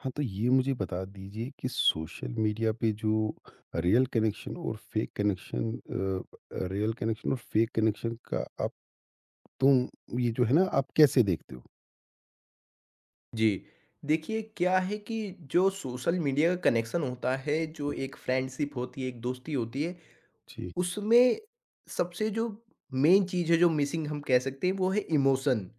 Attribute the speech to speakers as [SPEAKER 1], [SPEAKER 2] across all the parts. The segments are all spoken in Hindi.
[SPEAKER 1] हाँ, तो ये मुझे बता दीजिए कि सोशल मीडिया पे जो रियल कनेक्शन और फेक कनेक्शन का आप तुम ये जो है ना आप कैसे देखते हो?
[SPEAKER 2] जी, देखिए क्या है कि जो सोशल मीडिया का कनेक्शन होता है, जो एक फ्रेंडशिप होती है, एक दोस्ती होती है,
[SPEAKER 1] जी,
[SPEAKER 2] उसमें सबसे जो मेन चीज़ है जो मिसिंग हम कह सकते हैं वो है इमोशन।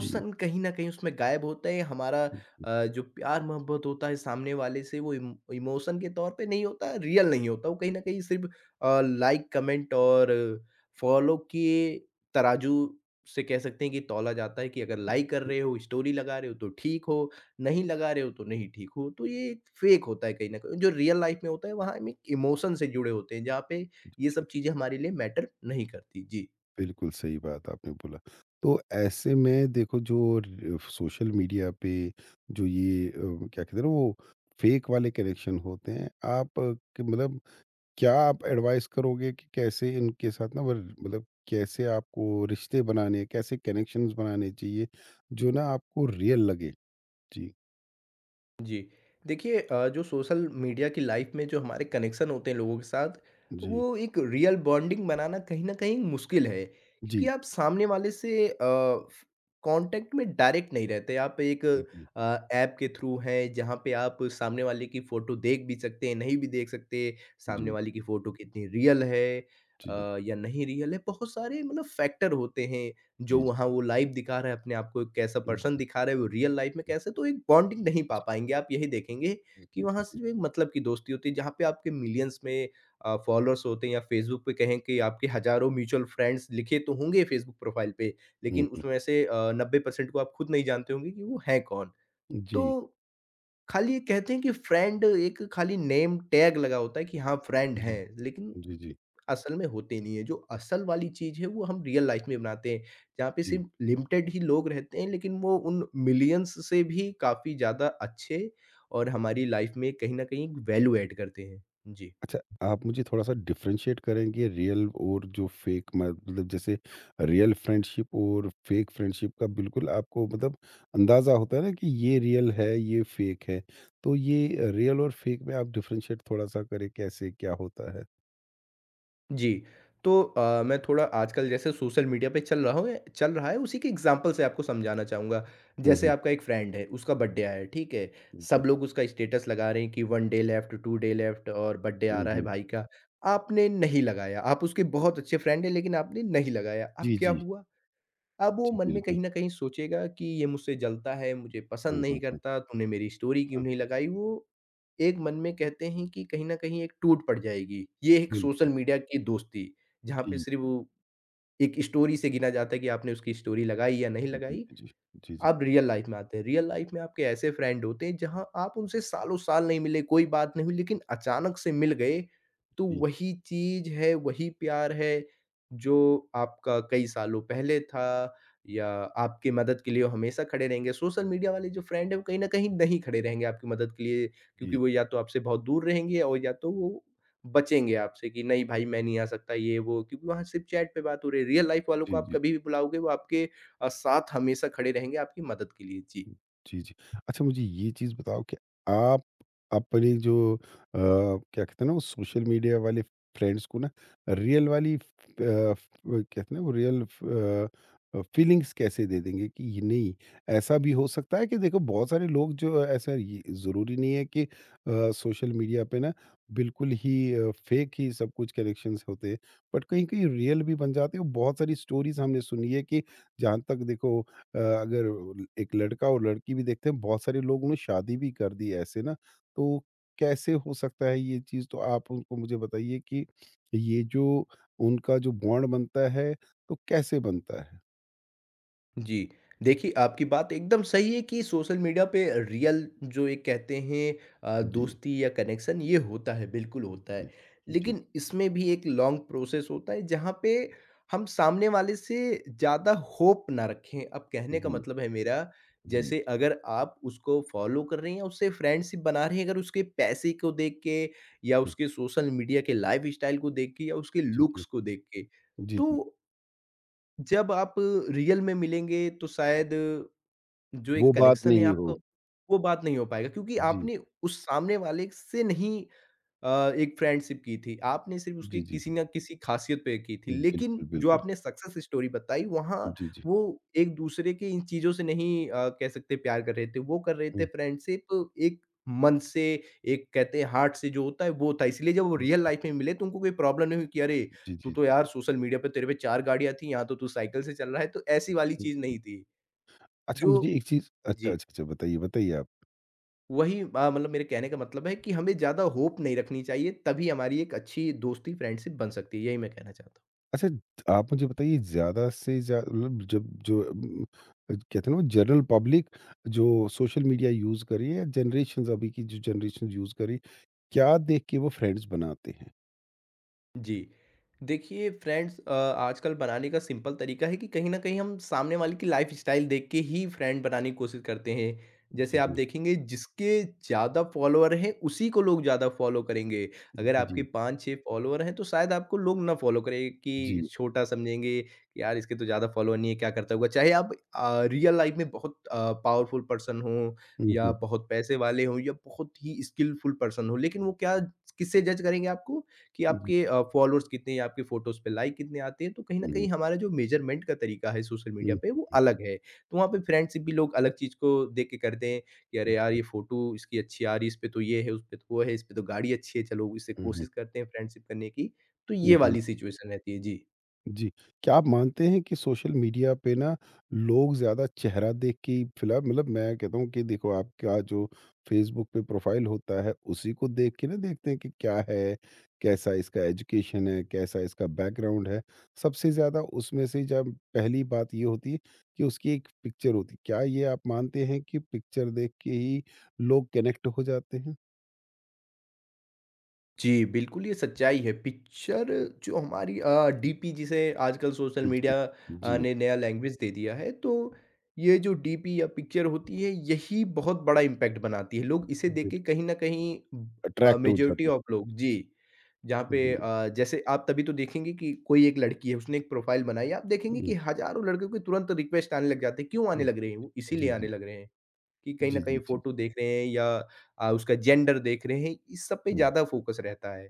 [SPEAKER 1] जी।
[SPEAKER 2] कहीं न कहीं उसमें गायब होता है हमारा। जो प्यार-मोहब्बत होता है सामने वाले से वो इम इमोशन के तौर पे नहीं होता, रियल नहीं होता। वो कहीं न कहीं सिर्फ़ लाइक, कमेंट और फॉलो के तराजू से कह सकते हैं कि तौला जाता है कि अगर लाइक कर रहे हो, स्टोरी लगा रहे हो तो ठीक हो, नहीं लगा रहे हो तो नहीं ठीक हो। तो ये एक फ़ेक होता है कहीं न कहीं। जो रियल लाइफ़ में होता है वहाँ हम एक इमोशन से जुड़े होते हैं जहाँ पे ये सब चीज़ें हमारे लिए मैटर नहीं करती। जी।
[SPEAKER 1] बिल्कुल सही बात आपने बोला। तो ऐसे में देखो जो र सोशल मीडिया पे जो ये क्या कहते हैं ना वो फेक वाले कनेक्शन होते हैं, आप क मतलब क्या आप एडवाइस करोगे कि कैसे इनके साथ ना वर मतलब कैसे आपको रिश्ते बनाने, कैसे कनेक्शंस बनाने चाहिए, जो ना आपको रियल लगे? जी,
[SPEAKER 2] जी। देखिए, जो सोशल मीडिया की लाइफ़ में जो हमारे कनेक्शन होते हैं लोगों के साथ,
[SPEAKER 1] जी,
[SPEAKER 2] वो एक रियल बॉन्डिंग बनाना कहीं न कहीं मुश्किल है। क्योंकि
[SPEAKER 1] जी,
[SPEAKER 2] आप सामने वाले से अ, फ कॉन्टैक्ट में डायरेक्ट नहीं रहते। आप एक
[SPEAKER 1] जी,
[SPEAKER 2] ऐप के थ्रू हैं जहाँ पे आप सामने वाले की फ़ोटो देख भी सकते हैं, नहीं भी देख सकते। सामने
[SPEAKER 1] जी,
[SPEAKER 2] वाले की फ़ोटो कितनी रियल है
[SPEAKER 1] जी, जी,
[SPEAKER 2] या नहीं रियल है, बहुत सारे मतलब फैक्टर होते हैं। जो
[SPEAKER 1] जी,
[SPEAKER 2] वहाँ वो लाइव दिखा रहा है, अपने आप को एक कैसा पर्सन
[SPEAKER 1] जी,
[SPEAKER 2] दिखा रहा है, वो रियल लाइफ में कैसा है, तो एक बॉन्डिंग नहीं पा पाएँगे। आप यही देखेंगे
[SPEAKER 1] जी,
[SPEAKER 2] कि
[SPEAKER 1] जी, जी,
[SPEAKER 2] वहाँ
[SPEAKER 1] जी,
[SPEAKER 2] सिर्फ़ एक मतलब की दोस्ती होती है, जहाँ पे आपके मिलियंस में फॉलोअर्स होते हैं या फ़ेसबुक पे कहें कि आपके हज़ारों म्यूचुअल फ्रेंड्स लिखे तो होंगे फ़ेसबुक प्रोफ़ाइल पे, लेकिन
[SPEAKER 1] हुँ, हुँ।
[SPEAKER 2] उसमें से 90% को आप खुद नहीं जानते होंगे कि वो हैं कौन। तो
[SPEAKER 1] जी,
[SPEAKER 2] खाली ये कहते हैं कि फ्रेंड एक खाली नेम टैग लगा होता है कि हाँ, फ्रेंड
[SPEAKER 1] जी,
[SPEAKER 2] हैं, लेकिन
[SPEAKER 1] जी, जी,
[SPEAKER 2] असल में होते नहीं है। जो असल वाली चीज़ है वो हम रियल लाइफ में बनाते हैं जहाँ पे
[SPEAKER 1] जी।
[SPEAKER 2] सिर्फ लिमिटेड ही लोग रहते हैं लेकिन वो उन मिलियंस से भी काफ़ी ज़्यादा अच्छे और हमारी लाइफ में कहीं ना कहीं वैल्यू ऐड करते हैं। जी।
[SPEAKER 1] अच्छा, आप मुझे थोड़ा-सा डिफरेंशिएट करेंगे रियल और जो फेक मतलब जैसे रियल फ्रेंडशिप और फेक फ्रेंडशिप का बिल्कुल आपको मतलब अंदाज़ा होता है ना कि ये रियल है, ये फेक है। तो ये रियल और फेक में आप डिफरेंशिएट थोड़ा-सा करें कैसे, क्या होता है?
[SPEAKER 2] जी, तो मैं थोड़ा आजकल जैसे सोशल मीडिया पे चल रहा हूँ ए चल रहा है, उसी के एग्ज़ाम्पल से आपको समझाना चाहूँगा।
[SPEAKER 1] हुँ,
[SPEAKER 2] जैसे
[SPEAKER 1] हुँ,
[SPEAKER 2] आपका एक फ्रेंड है, उसका बर्थडे आया है, ठीक है?
[SPEAKER 1] हुँ,
[SPEAKER 2] सब
[SPEAKER 1] हुँ,
[SPEAKER 2] लोग उसका स्टेटस लगा रहे हैं कि 1 डे लेफ्ट, 2 डे लेफ्ट और बर्थडे आ
[SPEAKER 1] हुँ,
[SPEAKER 2] रहा है
[SPEAKER 1] हुँ।
[SPEAKER 2] भाई का। आपने नहीं लगाया, आप उसके बहुत अच्छे फ्रेंड हैं लेकिन आपने नहीं लगाया, अब
[SPEAKER 1] जी,
[SPEAKER 2] क्या
[SPEAKER 1] जी।
[SPEAKER 2] हुआ? अब वो
[SPEAKER 1] जी,
[SPEAKER 2] मन में
[SPEAKER 1] बिल्कुल।
[SPEAKER 2] कहीं न कहीं सोचेगा कि ये मुझसे जलता है, मुझे पसंद
[SPEAKER 1] हाँ,
[SPEAKER 2] नहीं
[SPEAKER 1] हाँ, हाँ,
[SPEAKER 2] करता, तूने मेरी स्टोरी क्यों
[SPEAKER 1] हाँ।
[SPEAKER 2] नहीं लगाई? वो एक मन में कहते हैं कि कहीं न कहीं एक टूट पड़ जाएगी। ये एक
[SPEAKER 1] बिल
[SPEAKER 2] सोशल मीडिया की दोस्ती, जहाँ पे
[SPEAKER 1] जी,
[SPEAKER 2] सिर्फ़ वो एक स्टोरी से गिना जाता है कि आपने उसकी स्टोरी लगाई या नहीं
[SPEAKER 1] जी,
[SPEAKER 2] लगाई।
[SPEAKER 1] जी, जी, जी।
[SPEAKER 2] अब रियल लाइफ में आते हैं। रियल लाइफ में आपके ऐसे फ्रेंड होते हैं जहाँ आप उनसे सालों साल नहीं मिले, कोई बात नहीं हुई लेकिन अचानक से मिल गए, तो
[SPEAKER 1] जी, जी।
[SPEAKER 2] वही चीज़ है, वही प्यार है, जो आपका कई सालों पहले था, या आपकी मदद के लिए वो हमेशा खड़े रहेंगे। सोशल मीडिया वाले जो फ्रेंड हैं वो कहीं न कहीं नहीं खड़े रहेंगे आपकी मदद के लिए, क्योंकि
[SPEAKER 1] जी,
[SPEAKER 2] वो या तो आपसे बहुत दूर रहेंगे और या तो वो बचेंगे आपसे कि नहीं भाई मैं नहीं आ सकता ये वो, क्योंकि वहाँ सिर्फ़ चैट पे बात हो रही है। रियल लाइफ वालों को
[SPEAKER 1] जी,
[SPEAKER 2] आप
[SPEAKER 1] जी।
[SPEAKER 2] कभी भी बुलाओगे वो आपके साथ हमेशा खड़े रहेंगे आपकी मदद के लिए। जी।
[SPEAKER 1] जी, जी। अच्छा मुझे ये चीज़ बताओ कि आप अपने क्या कहते हैं ना वो सोशल मीडिया वाले फ्रेंड्स को ना रियल वाली फ अ, फ वो कहते हैं ना वो रियल फीलिंग्स कैसे दे देंगे कि ये नहीं ऐसा भी हो सकता है कि देखो बहुत सारे लोग जो ऐसा ये ज़रूरी नहीं है कि सोशल मीडिया पे ना बिल्कुल ही फेक ही सब कुछ कनेक्शंस होते हैं। बट कहीं-कहीं रियल भी बन जाते हैं। बहुत सारी स्टोरीज़ हमने सुनी है कि जहाँ तक देखो अगर एक लड़का और लड़की भी देखते हैं बहुत सारे लोगों ने शादी भी कर दी ऐसे ना तो कैसे हो सकता है ये चीज़ तो आप उनको मुझे बताइए कि ये जो उनका जो बॉन्ड बनता है तो कैसे बनता है?
[SPEAKER 2] जी। देखिए, आपकी बात एकदम सही है कि सोशल मीडिया पे रियल जो एक कहते हैं
[SPEAKER 1] जी,
[SPEAKER 2] दोस्ती या कनेक्शन ये होता है, बिल्कुल
[SPEAKER 1] जी,
[SPEAKER 2] होता
[SPEAKER 1] जी,
[SPEAKER 2] है।
[SPEAKER 1] जी,
[SPEAKER 2] लेकिन इसमें भी एक लॉन्ग प्रोसेस होता है जहाँ पे हम सामने वाले से ज़्यादा होप ना रखें। अब कहने का मतलब है मेरा,
[SPEAKER 1] जी,
[SPEAKER 2] जैसे अगर आप उसको फ़ॉलो कर रहे हैं या उससे फ्रेंडशिप बना रहे हैं, अगर उसके पैसे को देख के या
[SPEAKER 1] हुँ,
[SPEAKER 2] उसके सोशल मीडिया के लाइफ़स्टाइल को देख के या उसके
[SPEAKER 1] जी,
[SPEAKER 2] लुक्स
[SPEAKER 1] जी,
[SPEAKER 2] को देख के,
[SPEAKER 1] जी, जी,
[SPEAKER 2] तो जब आप रियल में मिलेंगे तो शायद जो
[SPEAKER 1] वो
[SPEAKER 2] एक
[SPEAKER 1] बात
[SPEAKER 2] कनेक्शन है
[SPEAKER 1] नहीं
[SPEAKER 2] आपका,
[SPEAKER 1] हो।
[SPEAKER 2] वो बात नहीं हो पाएगा, क्योंकि
[SPEAKER 1] जी,
[SPEAKER 2] आपने उस सामने वाले से नहीं एक फ्रेंडशिप की थी, आपने सिर्फ़ उसकी
[SPEAKER 1] जी, जी,
[SPEAKER 2] किसी न किसी ख़ासियत पे की थी, लेकिन
[SPEAKER 1] बिल्कुल,
[SPEAKER 2] जो
[SPEAKER 1] बिल्कुल।
[SPEAKER 2] आपने सक्सेस स्टोरी बताई वहाँ
[SPEAKER 1] जी, जी,
[SPEAKER 2] वो एक-दूसरे के इन चीज़ों से नहीं कह सकते प्यार कर रहे थे, वो कर रहे थे
[SPEAKER 1] हुँ,
[SPEAKER 2] फ्रेंडशिप एक मन से, एक कहते हैं हार्ट से जो होता है वो था, इसलिए जब वो रियल लाइफ़ में मिले तो उनको कोई प्रॉब्लम नहीं हुई कि अरे!
[SPEAKER 1] जी,
[SPEAKER 2] तू
[SPEAKER 1] जी,
[SPEAKER 2] तो
[SPEAKER 1] जी,
[SPEAKER 2] यार सोशल मीडिया पे तेरे पे 4 गाड़ियाँ थी, यहाँ तो तू साइकिल से चल रहा है, तो ऐसी वाली चीज़
[SPEAKER 1] जी।
[SPEAKER 2] नहीं थी,
[SPEAKER 1] अच्छा
[SPEAKER 2] जो
[SPEAKER 1] मुझे एक चीज़ अच्छा,
[SPEAKER 2] जी।
[SPEAKER 1] अच्छा, अच्छा बताइए, बताइए आप?
[SPEAKER 2] वही मतलब मेरे कहने का मतलब है कि हमें ज़्यादा होप नहीं रखनी चाहिए, तभी हमारी एक अच्छी दोस्ती, फ्रेंडशिप बन सकती है। यही मैं कहना चाहता हूँ।
[SPEAKER 1] अच्छा, आप मुझे बताइए ज़्यादा से ज़्या मतलब कहते हैं ना वो जनरल पब्लिक जो सोशल मीडिया यूज़ कर रही है, जनरेशंस अभी की जो जनरेशन यूज़ कर रही है, क्या देख के वो फ्रेंड्स बनाते हैं?
[SPEAKER 2] जी। देखिए फ्रेंड्स आजकल बनाने का सिंपल तरीका है कि कहीं न कहीं हम सामने वाले की लाइफ़स्टाइल देख के ही फ्रेंड बनाने की कोशिश करते हैं।
[SPEAKER 1] जी,
[SPEAKER 2] जैसे आप
[SPEAKER 1] जी।
[SPEAKER 2] देखेंगे जिसके ज़्यादा फॉलोवर हैं उसी को लोग ज़्यादा फॉलो करेंगे। अगर
[SPEAKER 1] जी,
[SPEAKER 2] आपके
[SPEAKER 1] जी।
[SPEAKER 2] 5-6 फॉलोवर हैं तो शायद आपको लोग ना फॉलो करें कि
[SPEAKER 1] जी।
[SPEAKER 2] छोटा समझेंगे कि यार इसके तो ज़्यादा फॉलोवर नहीं है, क्या करता होगा? चाहे आप रियल लाइफ़ में बहुत पावरफुल पर्सन हों
[SPEAKER 1] हुँ,
[SPEAKER 2] या
[SPEAKER 1] हुँ।
[SPEAKER 2] बहुत पैसे वाले हों या बहुत ही स्किलफुल पर्सन हों, लेकिन वो क्या किससे जज करेंगे आपको? कि
[SPEAKER 1] जी,
[SPEAKER 2] आपके फॉलोअर्स कितने हैं, आपके फ़ोटोज़ पे लाइक कितने आते हैं। तो कहीं न
[SPEAKER 1] हुँ, हुँ।
[SPEAKER 2] कहीं हमारा जो मेज़रमेंट का तरीका है सोशल
[SPEAKER 1] हुँ,
[SPEAKER 2] मीडिया
[SPEAKER 1] हुँ,
[SPEAKER 2] पे वो
[SPEAKER 1] हुँ।
[SPEAKER 2] अलग है। तो वहाँ पे फ्रेंडशिप भी लोग अलग चीज़ को देख के करते हैं कि अरे यार! ये फ़ोटो इसकी अच्छी आ रही है, इस पे तो ये है, उस पे तो वो है, इस पे तो गाड़ी अच्छी है, चलो इससे
[SPEAKER 1] हुँ, हुँ।
[SPEAKER 2] कोशिश करते हैं फ्रेंडशिप करने की। तो ये
[SPEAKER 1] हुँ, हुँ।
[SPEAKER 2] वाली सिचुएशन रहती है। जी।
[SPEAKER 1] जी। क्या आप मानते हैं कि सोशल मीडिया पे ना लोग ज़्यादा चेहरा देख के ही फ़िलहाल मतलब मैं कहता हूँ कि देखो आपका जो फ़ेसबुक पे प्रोफ़ाइल होता है, उसी को देख के ना देखते हैं कि क्या है, कैसा इसका एजुकेशन है, कैसा इसका बैकग्राउंड है। सबसे ज़्यादा उसमें से जब पहली बात ये होती है कि उसकी एक पिक्चर होती है। क्या ये आप मानते हैं कि पिक्चर देख के ही लोग कनेक्ट हो जाते हैं?
[SPEAKER 2] जी, बिल्कुल ये सच्चाई है। पिक्चर जो हमारी डीपी जिसे आजकल सोशल
[SPEAKER 1] जी,
[SPEAKER 2] मीडिया
[SPEAKER 1] जी। जी,
[SPEAKER 2] ने नया लैंग्वेज दे दिया है, तो ये जो डीपी या पिक्चर होती है, यही बहुत बड़ा इम्पैक्ट बनाती है। लोग इसे देख के
[SPEAKER 1] बिल्क
[SPEAKER 2] कहीं न कहीं
[SPEAKER 1] अट्रैक्ट हो
[SPEAKER 2] मेजॉरिटी
[SPEAKER 1] जाते हैं।
[SPEAKER 2] ऑफ लोग। जी, जहाँ पे
[SPEAKER 1] जी।
[SPEAKER 2] जैसे आप तभी तो देखेंगे कि कोई एक लड़की है, उसने एक प्रोफ़ाइल बनाई, आप देखेंगे
[SPEAKER 1] हुँ,
[SPEAKER 2] कि हज़ारों लड़कियों के तुरंत रिक्वेस्ट आने लग जाते हैं। क्यों आने
[SPEAKER 1] हुँ।
[SPEAKER 2] लग रहे हैं वो? इसीलिए
[SPEAKER 1] जी,
[SPEAKER 2] आने
[SPEAKER 1] जी।
[SPEAKER 2] लग रहे हैं। कि कहीं न
[SPEAKER 1] जी,
[SPEAKER 2] कहीं
[SPEAKER 1] जी, जी।
[SPEAKER 2] फ़ोटो देख रहे हैं या उसका जेंडर देख रहे हैं, इस सब पे
[SPEAKER 1] हुँ,
[SPEAKER 2] ज़्यादा फ़ोकस रहता है।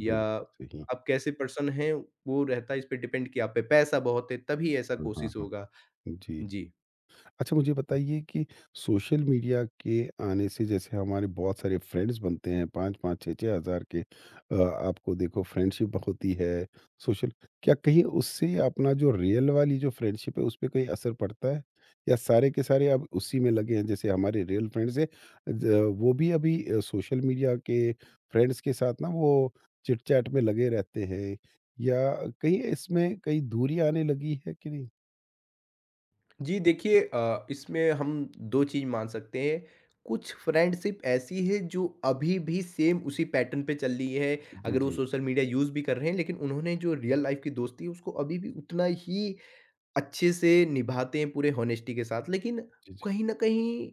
[SPEAKER 2] या
[SPEAKER 1] सही।
[SPEAKER 2] आप कैसे पर्सन हैं, वो रहता है इस पे डिपेंड कि आप पे पैसा बहुत है, तभी ऐसा
[SPEAKER 1] हाँ, हाँ,
[SPEAKER 2] कोशिश
[SPEAKER 1] हाँ।
[SPEAKER 2] होगा।
[SPEAKER 1] जी।
[SPEAKER 2] जी।
[SPEAKER 1] अच्छा मुझे बताइए कि सोशल मीडिया के आने से जैसे हमारे बहुत सारे फ्रेंड्स बनते हैं 5-5 6-6 हज़ार के आपको देखो फ्रेंडशिप होती है सोशल क्या कहीं उससे अपना जो रियल वाली जो फ्रेंडशिप है उस पे कोई असर पड़ता है? या सारे के सारे अब उसी में लगे हैं जैसे हमारे रियल फ्रेंड्स हैं ज वो भी अभी सोशल मीडिया के फ्रेंड्स के साथ ना वो चिट-चैट में लगे रहते हैं या कहीं इसमें कहीं दूरी आने लगी है कि नहीं?
[SPEAKER 2] जी, देखिए इसमें हम 2 चीज़ मान सकते हैं। कुछ फ्रेंडशिप ऐसी है जो अभी भी सेम उसी पैटर्न पे चल रही है,
[SPEAKER 1] जी,
[SPEAKER 2] अगर वो
[SPEAKER 1] जी।
[SPEAKER 2] सोशल मीडिया यूज़ भी कर रहे हैं, लेकिन उन्होंने जो रियल लाइफ़ की दोस्ती है, उसको अभी भी उतना ही अच्छे से निभाते हैं पूरे हॉनेस्टी के साथ। लेकिन
[SPEAKER 1] जी, जी।
[SPEAKER 2] कहीं न कहीं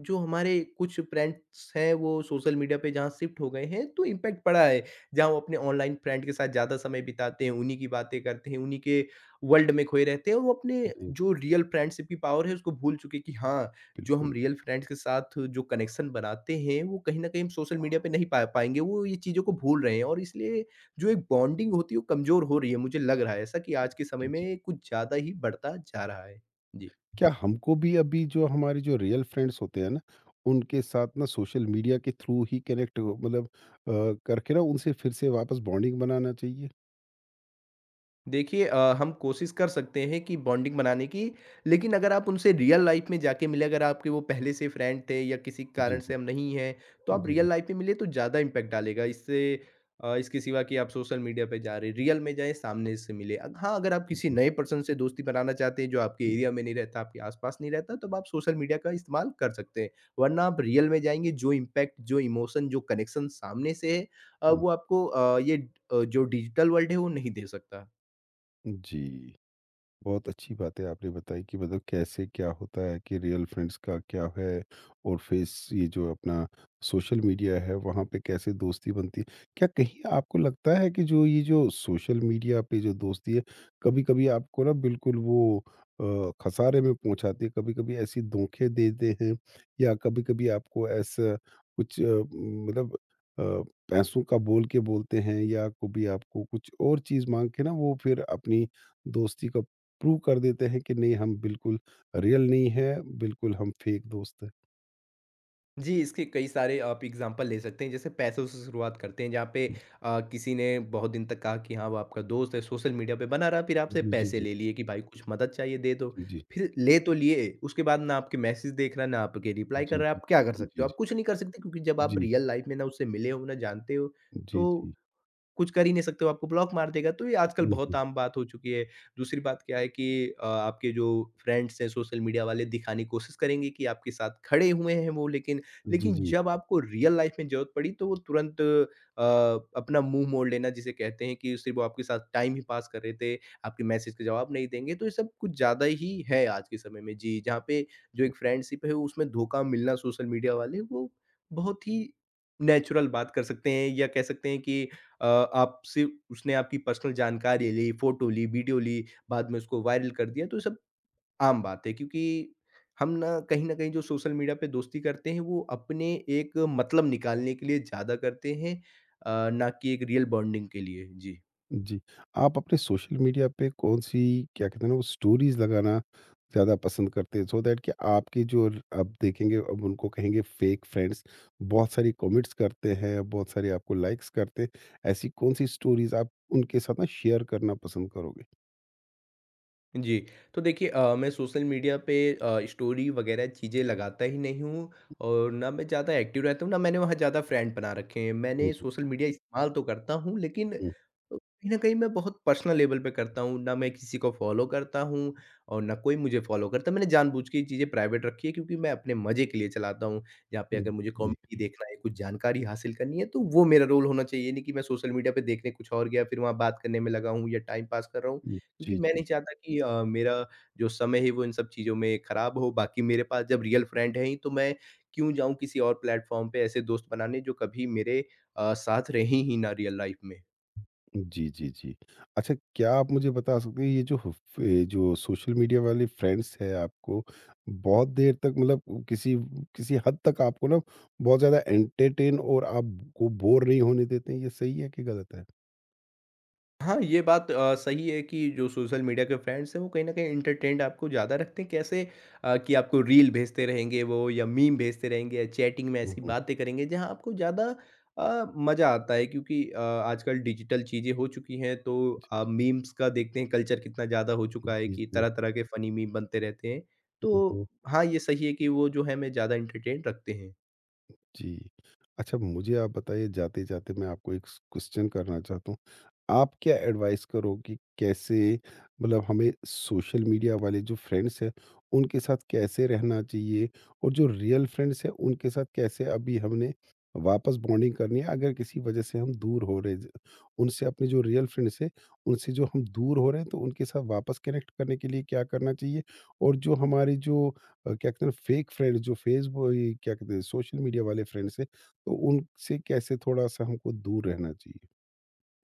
[SPEAKER 2] जो हमारे कुछ फ्रेंड्स हैं वो सोशल मीडिया पे जहाँ शिफ्ट हो गए हैं तो इम्पैक्ट पड़ा है। जहाँ वो अपने ऑनलाइन फ्रेंड के साथ ज़्यादा समय बिताते हैं, उन्हीं की बातें करते हैं, उन्हीं के वर्ल्ड में खोए रहते हैं और वो अपने
[SPEAKER 1] जी,
[SPEAKER 2] जो रियल फ्रेंडशिप की पावर है उसको भूल चुके हैं कि हाँ, जो हम
[SPEAKER 1] बिल्कुल।
[SPEAKER 2] रियल फ्रेंड्स के साथ जो कनेक्शन बनाते हैं वो कहीं न कहीं हम सोशल मीडिया पे नहीं पा पाएँगे। वो ये चीज़ों को भूल रहे हैं और इसलिए जो एक बॉन्डिंग होती है वो कमज़ोर हो रही है, मुझे लग रहा है ऐसा कि आज के समय
[SPEAKER 1] जी, जी।
[SPEAKER 2] में कुछ ज़्यादा ही बढ़ता जा रहा है। जी।
[SPEAKER 1] क्या हमको भी अभी जो हमारे जो रियल फ्रेंड्स होते हैं ना, उनके साथ ना सोशल मीडिया के थ्रू ही कनेक्ट मतलब करके ना उनसे फिर से वापस बॉन्डिंग बनाना चाहिए?
[SPEAKER 2] देखिए हम कोशिश कर सकते हैं कि बॉन्डिंग बनाने की, लेकिन अगर आप उनसे रियल लाइफ में जाके मिले, अगर आपके वो पहले से फ्रेंड थे या किसी
[SPEAKER 1] जी,
[SPEAKER 2] कारण से
[SPEAKER 1] जी।
[SPEAKER 2] हम नहीं हैं, तो आप
[SPEAKER 1] जी,
[SPEAKER 2] रियल
[SPEAKER 1] जी।
[SPEAKER 2] लाइफ में मिले तो ज़्यादा इम्पैक्ट डालेगा इससे, इसके सिवा कि आप सोशल मीडिया पे जा रहे, रियल में जाएं सामने से मिले। हाँ, अगर आप किसी नए पर्सन से दोस्ती बनाना चाहते हैं जो आपके
[SPEAKER 1] जी,
[SPEAKER 2] एरिया में नहीं रहता, आपके आसपास नहीं रहता, तब आप सोशल मीडिया का इस्तेमाल कर सकते हैं, वरना आप रियल में जाएंगे, जो इम्पैक्ट जो इमोशन जो कनेक्शन सामने से है
[SPEAKER 1] हुँ,
[SPEAKER 2] वो आपको ये जो डिजिटल वर्ल्ड है वो नहीं दे सकता।
[SPEAKER 1] हुँ, जी। बहुत अच्छी बातें आपने बताई कि मतलब कैसे क्या होता है कि रियल फ्रेंड्स का क्या है और फेस ये जो अपना सोशल मीडिया है वहाँ पे कैसे दोस्ती बनती है। क्या कहीं आपको लगता है कि जो ये जो सोशल मीडिया पे जो दोस्ती है कभी कभी आपको ना बिल्कुल वो खसारे में पहुँचाती है कभी कभी ऐसी धोखे देते हैं या कभी कभी आपको ऐसा कुछ मतलब अ, पैसों का बोल के बोलते हैं या कभी आपको कुछ और चीज़ मांग के ना वो फिर अपनी दोस्ती का प्रूव कर देते हैं कि नहीं हम बिल्कुल रियल नहीं है, बिल्कुल हम फेक दोस्त हैं।
[SPEAKER 2] जी, इसके कई सारे आप एग्ज़ाम्पल ले सकते हैं। जैसे पैसों से शुरुआत करते हैं, जहाँ पे किसी ने बहुत दिन तक कहा कि हाँ, वो आपका दोस्त है, सोशल मीडिया पे बना रहा, फिर आपसे
[SPEAKER 1] जी, जी,
[SPEAKER 2] पैसे
[SPEAKER 1] जी,
[SPEAKER 2] ले लिए कि भाई कुछ मदद चाहिए दे दो।
[SPEAKER 1] जी, जी,
[SPEAKER 2] फिर ले तो लिए, उसके बाद ना आपके मैसेज देख रहा है, ना आपके रिप्लाई कर
[SPEAKER 1] जी,
[SPEAKER 2] रहा है।
[SPEAKER 1] जी,
[SPEAKER 2] आप क्या कर सकते
[SPEAKER 1] जी,
[SPEAKER 2] हो? आप कुछ नहीं कर सकते क्योंकि जब आप
[SPEAKER 1] जी,
[SPEAKER 2] रियल लाइफ़ में ना उससे मिले हो, ना जानते हो,
[SPEAKER 1] जी,
[SPEAKER 2] तो
[SPEAKER 1] जी,
[SPEAKER 2] कुछ कर ही नहीं सकते हो, आपको ब्लॉक मार देगा, तो ये आजकल
[SPEAKER 1] हुँ,
[SPEAKER 2] बहुत
[SPEAKER 1] हुँ।
[SPEAKER 2] आम बात हो चुकी है। दूसरी बात क्या है कि आपके जो फ्रेंड्स हैं, सोशल मीडिया वाले दिखाने की कोशिश करेंगे कि आपके साथ खड़े हुए हैं वो लेकिन
[SPEAKER 1] जी,
[SPEAKER 2] लेकिन
[SPEAKER 1] जी,
[SPEAKER 2] जब आपको रियल लाइफ़ में ज़रूरत पड़ी तो वो तुरंत अपना मुँह मोड़ लेना जिसे कहते हैं कि सिर्फ़ वो आपके साथ टाइम ही पास कर रहे थे, आपके मैसेज के जवाब नहीं देंगे, तो ये सब कुछ ज़्यादा ही है आज के समय में। जी, जहाँ पे जो एक फ्रेंडशिप है उसमें धोखा मिलना सोशल मीडिया वाले वो बहुत ही नेचुरल बात कर सकते हैं या कह सकते हैं कि अ, आपसे उसने आपकी पर्सनल जानकारी ली, फ़ोटो ली, वीडियो ली, बाद में उसको वायरल कर दिया, तो ये सब आम बात है क्योंकि हम ना कहीं न कहीं जो सोशल मीडिया पे दोस्ती करते हैं, वो अपने एक मतलब निकालने के लिए ज़्यादा करते हैं ना कि एक रियल बॉन्डिंग के लिए। जी।
[SPEAKER 1] जी। आप अपने सोशल मीडिया पे कौन-सी क्या कहते हैं ना वो स्टोरीज़ लगाना ज़्यादा पसंद करते हैं सो दैट कि आपके जो आप देखेंगे अब उनको कहेंगे फेक फ्रेंड्स बहुत सारी कमेंट्स करते हैं, बहुत सारे आपको लाइक्स करते हैं। ऐसी कौन-सी स्टोरीज़ आप उनके साथ ना शेयर करना पसंद करोगे?
[SPEAKER 2] जी, तो देखिए मैं सोशल मीडिया पे स्टोरी वगैरह चीज़ें लगाता ही नहीं हूँ और ना मैं ज़्यादा एक्टिव रहता हूँ, ना मैंने वहाँ ज़्यादा फ्रेंड बना रखे हैं।
[SPEAKER 1] हुँ,
[SPEAKER 2] मैंने
[SPEAKER 1] हुँ,
[SPEAKER 2] सोशल मीडिया इस्तेमाल तो करता हूँ लेकिन
[SPEAKER 1] हुँ,
[SPEAKER 2] कहीं न कहीं मैं बहुत पर्सनल लेवल पे करता हूँ, ना मैं किसी को फॉलो करता हूँ और ना कोई मुझे फॉलो करता है। मैंने जानबूझ के ये चीज़ें प्राइवेट रखी है क्योंकि मैं अपने मज़े के लिए चलाता हूँ। यहाँ पे अगर
[SPEAKER 1] हुँ,
[SPEAKER 2] मुझे
[SPEAKER 1] जी।
[SPEAKER 2] कॉमेडी देखना है, कुछ जानकारी हासिल करनी है तो वो मेरा रोल होना चाहिए, ये नहीं कि मैं सोशल मीडिया पे देखने कुछ और गया, फिर वहाँ बात करने में लगा हूँ या टाइम पास कर रहा हूँ। क्योंकि
[SPEAKER 1] जी,
[SPEAKER 2] मैं
[SPEAKER 1] जी।
[SPEAKER 2] नहीं चाहता कि मेरा जो समय है वो इन सब चीज़ों में खराब हो। बाकी मेरे पास जब रियल फ्रेंड हैं ही तो मैं क्यों जाऊँ किसी और प्लेटफ़ॉर्म पे ऐसे दोस्त बनाने जो कभी मेरे साथ रहे ही ना रियल लाइफ़ में।
[SPEAKER 1] जी, जी, जी। अच्छा क्या आप मुझे बता सकते हैं ये जो फ ये जो सोशल मीडिया वाले फ्रेंड्स हैं आपको बहुत देर तक मतलब किसी किसी हद तक आपको ना बहुत ज़्यादा एंटरटेन और आपको बोर नहीं होने देते हैं, ये सही है कि गलत है?
[SPEAKER 2] हाँ, ये बात सही है कि जो सोशल मीडिया के फ्रेंड्स हैं वो कहीं न कहीं एंटरटेन्ड आपको ज़्यादा रखते हैं। कैसे कि आपको रील भेजते रहेंगे वो या मीम भेजते रहेंगे या चैटिंग में
[SPEAKER 1] हुँ,
[SPEAKER 2] ऐसी
[SPEAKER 1] हुँ।
[SPEAKER 2] बातें करेंगे जहाँ आपको ज़्यादा मज़ा आता है क्योंकि आजकल डिजिटल चीज़ें हो चुकी हैं तो मीम्स का देखते हैं कल्चर कितना ज़्यादा हो चुका है
[SPEAKER 1] जी,
[SPEAKER 2] कि
[SPEAKER 1] जी।
[SPEAKER 2] तरह-तरह के फ़नी मीम बनते रहते हैं।
[SPEAKER 1] हुँ, हुँ।
[SPEAKER 2] तो हाँ, ये सही है कि वो जो है हमें ज़्यादा एंटरटेन्ड रखते हैं।
[SPEAKER 1] जी। अच्छा मुझे आप बताइए जाते-जाते मैं आपको एक स क्वेश्चन करना चाहता हूँ। आप क्या एडवाइस करोगे कैसे मतलब हमें सोशल मीडिया वाले जो फ्रेंड्स हैं, उनके साथ कैसे रहना चाहिए? और जो रियल फ्रेंड्स हैं, उनके साथ कैसे अभी हमने वापस बॉन्डिंग करनी है? अगर किसी वजह से हम दूर हो रहे ज उनसे अपने जो रियल फ्रेंड्स हैं, उनसे जो हम दूर हो रहे हैं, तो उनके साथ वापस कनेक्ट करने के लिए क्या करना चाहिए? और जो हमारी जो क्या कहते हैं ना फेक फ्रेंड्स जो फेसबुक ये क्या कहते हैं सोशल मीडिया वाले फ्रेंड्स हैं तो उनसे कैसे थोड़ा सा हमको दूर रहना चाहिए?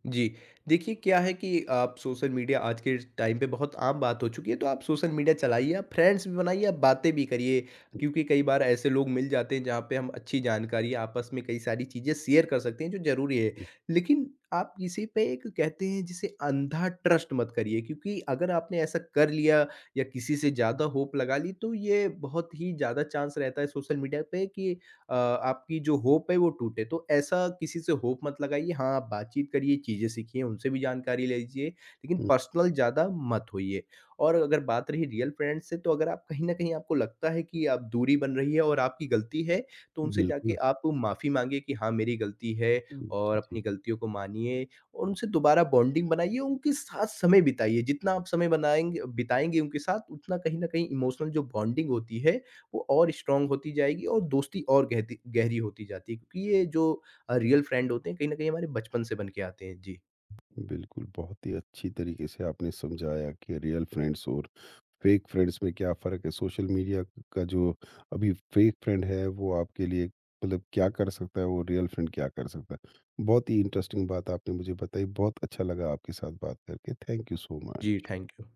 [SPEAKER 2] जी, देखिए क्या है कि आप सोशल मीडिया आज के टाइम पे बहुत आम बात हो चुकी है, तो आप सोशल मीडिया चलाइए, आप फ्रेंड्स भी बनाइए, आप बातें भी करिए।
[SPEAKER 1] हुँ,
[SPEAKER 2] क्योंकि कई बार ऐसे लोग मिल जाते हैं जहाँ पे हम अच्छी जानकारी आपस में कई सारी चीज़ें शेयर कर सकते हैं जो ज़रूरी है। लेकिन आप किसी पे एक कहते हैं जिसे अंधा ट्रस्ट मत करिए क्योंकि अगर आपने ऐसा कर लिया या किसी से ज़्यादा होप लगा ली तो ये बहुत ही ज़्यादा चांस रहता है सोशल मीडिया पे कि अ, आपकी जो होप है वो टूटे। तो ऐसा किसी से होप मत लगाइए, हाँ, आप बातचीत करिए, चीज़ें सीखिए, उनसे भी जानकारी ले लीजिए, लेकिन
[SPEAKER 1] हुँ,
[SPEAKER 2] पर्सनल ज़्यादा मत होइए। और अगर बात रही रियल फ्रेंड्स से, तो अगर आप कहीं न कहीं आपको लगता है कि आप दूरी बन रही है और आपकी गलती है, तो उनसे जाके
[SPEAKER 1] बिल्कुल।
[SPEAKER 2] आप माफ़ी माँगिए कि हाँ, मेरी गलती है
[SPEAKER 1] जी,
[SPEAKER 2] और अपनी
[SPEAKER 1] जी।
[SPEAKER 2] गलतियों को मानिए और उनसे दोबारा बॉन्डिंग बनाइए, उनके साथ समय बिताइए। जितना आप समय बनाएँगे बिताएँगे उनके साथ, उतना कहीं न कहीं इमोशनल जो बॉन्डिंग होती है, वो और स्ट्रॉन्ग होती जाएगी और दोस्ती और गहती गहरी होती जाती है क्योंकि ये जो रियल फ्रेंड होते हैं कहीं न कहीं हमारे बचपन से बन के आते हैं। जी।
[SPEAKER 1] बिल्कुल, बहुत ही अच्छी तरीके से आपने समझाया कि रियल फ्रेंड्स और फेक फ्रेंड्स में क्या फ़र्क है। सोशल मीडिया का जो अभी फेक फ्रेंड है वो आपके लिए मतलब क्या कर सकता है और रियल फ्रेंड क्या कर सकता है। बहुत ही इंटरेस्टिंग बात आपने मुझे बताई। बहुत अच्छा लगा आपके साथ बात करके। थैंक यू सो
[SPEAKER 2] जी,
[SPEAKER 1] मच।
[SPEAKER 2] Thank you.